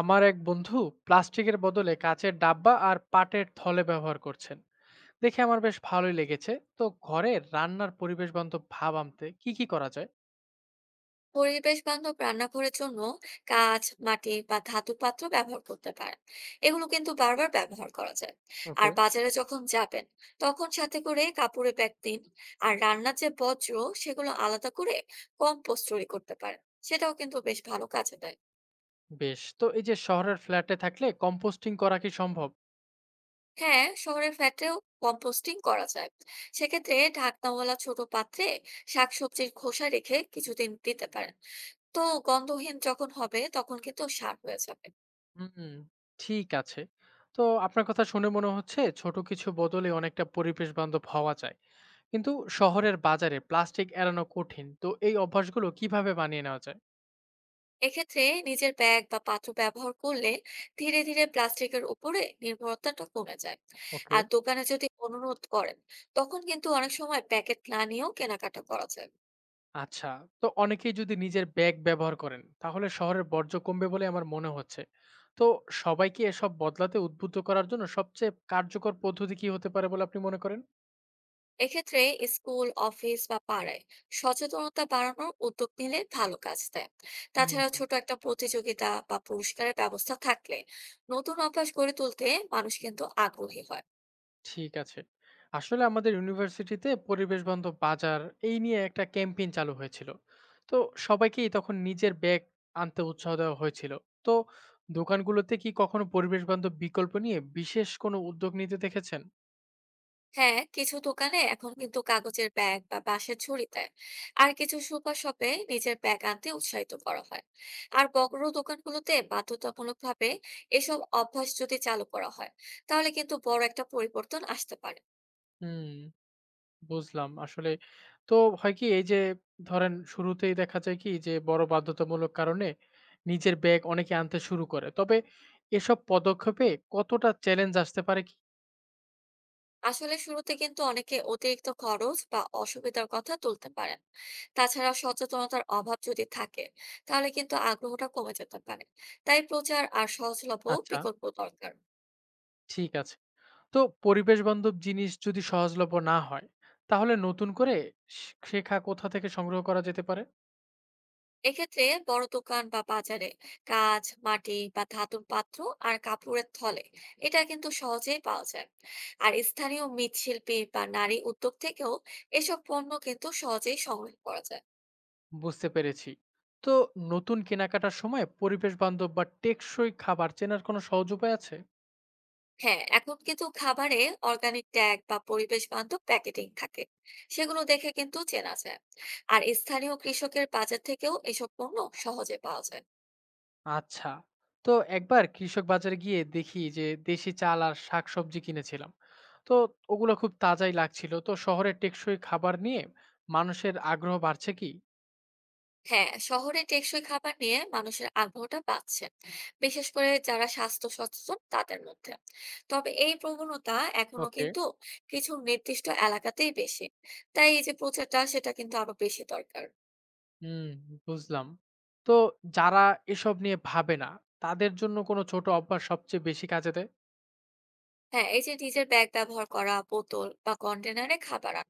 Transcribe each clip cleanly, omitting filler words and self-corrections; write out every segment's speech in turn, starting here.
আমার এক বন্ধু প্লাস্টিকের বদলে কাঁচের ডাব্বা আর পাটের থলে ব্যবহার করছেন দেখে আমার বেশ ভালোই লেগেছে। তো ঘরে রান্নার পরিবেশ বান্ধব ভাব আনতে কি কি করা যায়? পরিবেশ বান্ধব রান্নাঘরের জন্য কাঁচ মাটি বা ধাতু পাত্র ব্যবহার করতে পারেন। এগুলো কিন্তু বারবার ব্যবহার করা যায়। আর ওকে। বাজারে যখন যাবেন তখন সাথে করে কাপড়ে ব্যাগ দিন। আর রান্নার যে বর্জ্য সেগুলো আলাদা করে কম্পোস্ট তৈরি করতে পারেন, সেটাও কিন্তু বেশ ভালো কাজে দেয়। বেশ, তো এই যে শহরের ফ্ল্যাটে থাকলে কম্পোস্টিং করা কি সম্ভব? হ্যাঁ, শহরের ফ্ল্যাটেও কম্পোস্টিং করা যায়। সেক্ষেত্রে ঢাকনাওয়ালা ছোট পাত্রে শাকসবজির খোসা রেখে কিছুদিন দিতে পারেন। তো গন্ধহীন যখন হবে তখন কিন্তু সার হয়ে যাবে। হুম, ঠিক আছে। তো আপনার কথা শুনে মনে হচ্ছে ছোট কিছু বদলে অনেকটা পরিবেশ বান্ধব হওয়া যায়, কিন্তু শহরের বাজারে প্লাস্টিক এড়ানো কঠিন। তো এই অভ্যাসগুলো কিভাবে বানিয়ে নেওয়া যায়? এক্ষেত্রে নিজের ব্যাগ বা পাত্র ব্যবহার করলে ধীরে ধীরে প্লাস্টিকের উপরে নির্ভরতাটা কমে যায়। ওকে, আর দোকানে যদি অনুরোধ করেন তখন কিন্তু অনেক সময় প্যাকেট না নিয়েও কেনাকাটা করা যায়। আচ্ছা, তো অনেকেই যদি নিজের ব্যাগ ব্যবহার করেন, তাহলে শহরের বর্জ্য কমবে বলে আমার মনে হচ্ছে। তো সবাইকে এসব বদলাতে উদ্বুদ্ধ করার জন্য সবচেয়ে কার্যকর পদ্ধতি কি হতে পারে বলে আপনি মনে করেন? এক্ষেত্রে স্কুল অফিস বা পাড়ায় সচেতনতা বাড়ানোর উদ্যোগ নিলে ভালো কাজ দেয়। তাছাড়া হুম। ছোট একটা প্রতিযোগিতা বা পুরস্কারের ব্যবস্থা থাকলে নতুন অভ্যাস গড়ে তুলতে মানুষ কিন্তু আগ্রহী হয়। ঠিক আছে। আসলে আমাদের ইউনিভার্সিটিতে পরিবেশ বান্ধব বাজার এই নিয়ে একটা ক্যাম্পেইন চালু হয়েছিল। তো সবাইকেই তখন নিজের ব্যাগ আনতে উৎসাহ দেওয়া হয়েছিল। তো দোকানগুলোতে কি কখনো পরিবেশ বান্ধব বিকল্প নিয়ে বিশেষ কোনো উদ্যোগ নিতে দেখেছেন? হ্যাঁ, কিছু দোকানে এখন কিন্তু কাগজের ব্যাগ বা বাঁশের ঝুড়ি দেয়। আর কিছু সুপার শপে নিজের ব্যাগ আনতে উৎসাহিত করা হয়। আর বড় দোকানগুলোতে বাধ্যতামূলকভাবে এসব অভ্যাস যদি চালু করা হয় তাহলে কিন্তু বড় একটা পরিবর্তন আসতে পারে। হুম, বুঝলাম। আসলে তো হয় কি, এই যে, ধরেন শুরুতেই দেখা যায় কি, যে বড় বাধ্যতামূলক কারণে নিজের ব্যাগ অনেকে আনতে শুরু করে। তবে এসব পদক্ষেপে কতটা চ্যালেঞ্জ আসতে পারে কি? আসলে শুরুতে কিন্তু অনেকে অতিরিক্ত খরচ বা অসুবিধার কথা তুলতে পারেন। তাছাড়া সচেতনতার অভাব যদি থাকে তাহলে কিন্তু আগ্রহটা কমে যেতে পারে। তাই প্রচার আর সহজলভ্য আচ্ছা, বিকল্প দরকার। ঠিক আছে। তো পরিবেশ বান্ধব জিনিস যদি সহজলভ্য না হয়, তাহলে নতুন করে শে শেখা কোথা থেকে সংগ্রহ করা যেতে পারে? এক্ষেত্রে বড় দোকান বা বাজারে কাঁচ মাটি বা ধাতুর পাত্র আর কাপড়ের থলে এটা কিন্তু সহজেই পাওয়া যায়। আর স্থানীয় মৃৎশিল্পী বা নারী উদ্যোগ থেকেও এসব পণ্য কিন্তু সহজেই সংগ্রহ করা যায়। বুঝতে পেরেছি। তো নতুন কেনাকাটার সময় পরিবেশ বান্ধব বা টেকসই খাবার চেনার কোনো সহজ উপায় আছে? হ্যাঁ, এখন কিন্তু খাবারে অর্গানিক ট্যাগ বা পরিবেশ বান্ধব প্যাকেটিং থাকে, সেগুলো দেখে কিন্তু চেনা যায়। আর স্থানীয় কৃষকের বাজার থেকেও এসব পণ্য সহজে পাওয়া যায়। আচ্ছা, তো একবার কৃষক বাজারে গিয়ে দেখি যে দেশি চাল আর শাকসবজি কিনেছিলাম। তো ওগুলো খুব তাজাই লাগছিল। তো শহরের টেকসই খাবার নিয়ে মানুষের আগ্রহ বাড়ছে কি? হ্যাঁ, শহরে টেকসই খাবার নিয়ে মানুষের আগ্রহটা বাড়ছে, বিশেষ করে যারা স্বাস্থ্য সচেতন তাদের মধ্যে। তবে এই প্রবণতা এখনো ওকে। কিন্তু কিছু নির্দিষ্ট এলাকাতেই বেশি। তাই এই যে প্রচারটা সেটা কিন্তু আরো বেশি দরকার। হুম, বুঝলাম। তো যারা এসব নিয়ে ভাবে না, তাদের জন্য কোনো ছোট অভ্যাস সবচেয়ে বেশি কাজে দেয়? হ্যাঁ, এই যে নিজের ব্যাগ ব্যবহার করা, বোতল বা কন্টেনারে খাবার আনা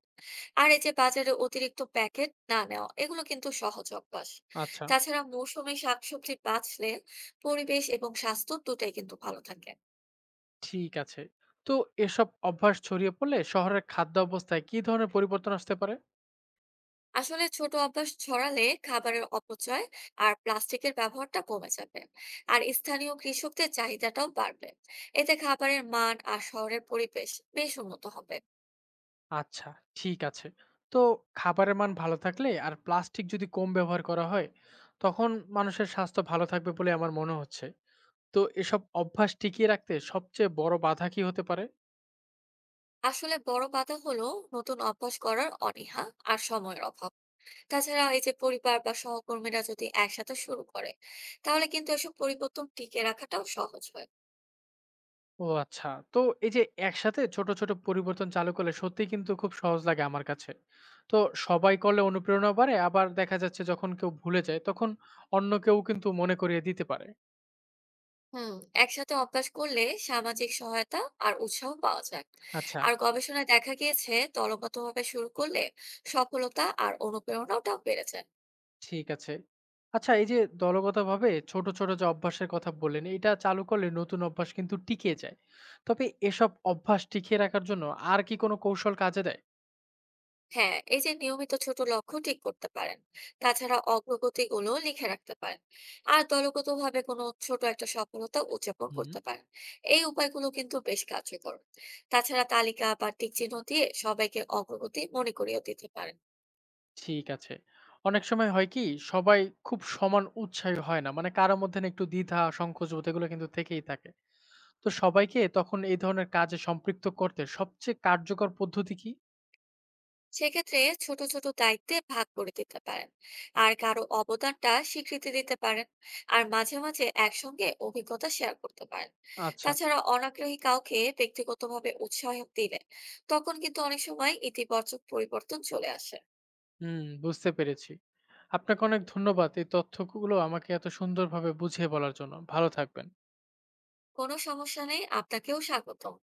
আর এই যে বাজারে অতিরিক্ত প্যাকেট না নেওয়া, এগুলো কিন্তু সহজ অভ্যাস। আচ্ছা। তাছাড়া মৌসুমী শাকসবজি বাঁচলে পরিবেশ এবং স্বাস্থ্য দুটাই কিন্তু ভালো থাকে। ঠিক আছে। তো এসব অভ্যাস ছড়িয়ে পড়লে শহরের খাদ্য অবস্থায় কি ধরনের পরিবর্তন আসতে পারে? আসলে ছোট অভ্যাস ছড়ালে খাবারের অপচয় আর প্লাস্টিকের ব্যবহারটা কমে যাবে। আর স্থানীয় কৃষকদের চাহিদাটাও বাড়বে। এতে খাবারের মান আর শহরের পরিবেশ বেশ উন্নত হবে। আচ্ছা, ঠিক আছে। তো খাবারের মান ভালো থাকলে আর প্লাস্টিক যদি কম ব্যবহার করা হয়, তখন মানুষের স্বাস্থ্য ভালো থাকবে বলে আমার মনে হচ্ছে। তো এসব অভ্যাস টিকিয়ে রাখতে সবচেয়ে বড় বাধা কি হতে পারে? আসলে বড় বাধা হলো নতুন অভ্যাস করার অনীহা আর সময়ের অভাব। তাছাড়া এই যে পরিবার বা সহকর্মীরা যদি একসাথে শুরু করে তাহলে কিন্তু এসব পরিবর্তন টিকে রাখাটাও সহজ হয়। ও আচ্ছা। তো এই যে একসাথে ছোট ছোট পরিবর্তন চালু করলে সত্যি কিন্তু খুব সহজ লাগে আমার কাছে। তো সবাই করলে অনুপ্রেরণা বাড়ে, আবার দেখা যাচ্ছে যখন কেউ ভুলে যায় তখন অন্য কেউ কিন্তু মনে করিয়ে দিতে পারে। হুম। একসাথে অভ্যাস করলে সামাজিক সহায়তা আর উৎসাহ পাওয়া যায়। আচ্ছা, আর গবেষণায় দেখা গিয়েছে দলগতভাবে শুরু করলে সফলতা আর অনুপ্রেরণাটাও বেড়ে যায়। ঠিক আছে। আচ্ছা, এই যে দলগতভাবে ছোট, ছোট যে অভ্যাসের কথা বললেন, এটা চালু করলে নতুন অভ্যাস কিন্তু টিকে যায়। তবে এসব অভ্যাস টিকিয়ে রাখার জন্য আর কি কোনো কৌশল কাজে দেয়? হ্যাঁ, এই যে নিয়মিত ছোট লক্ষ্য ঠিক করতে পারেন, তাছাড়া অগ্রগতি গুলো লিখে রাখতে পারেন, আর দলগতভাবে কোনো ছোট একটা সফলতা উদযাপন হুম। করতে পারেন। এই উপায়গুলো কিন্তু বেশ কার্যকর। তাছাড়া তালিকা বা টিক চিহ্ন দিয়ে সবাইকে অগ্রগতি মনে করিয়ে দিতে পারেন। ঠিক আছে। অনেক সময় হয় কি, সবাই খুব সমান উৎসাহী হয় না। মানে কারো মধ্যে না একটু দ্বিধা, সংকোচবোধ এগুলো কিন্তু থেকেই থাকে। তো সবাইকে তখন এই ধরনের কাজে সম্পৃক্ত করতে সবচেয়ে কার্যকর পদ্ধতি কি? সেক্ষেত্রে ছোট ছোট দায়িত্বে ভাগ করে দিতে পারেন, আর কারো অবদানটা স্বীকৃতি দিতে পারেন, আর মাঝে মাঝে একসঙ্গে অভিজ্ঞতা শেয়ার করতে পারেন। আচ্ছা। তাছাড়া অনাগ্রহী কাউকে ব্যক্তিগতভাবে উৎসাহ দিলে তখন কিন্তু অনেক সময় ইতিবাচক পরিবর্তন চলে আসে। হুম, বুঝতে পেরেছি। আপনাকে অনেক ধন্যবাদ এই তথ্যগুলো আমাকে এত সুন্দরভাবে বুঝিয়ে বলার জন্য। ভালো থাকবেন। কোনো সমস্যা নেই, আপনাকেও স্বাগতম।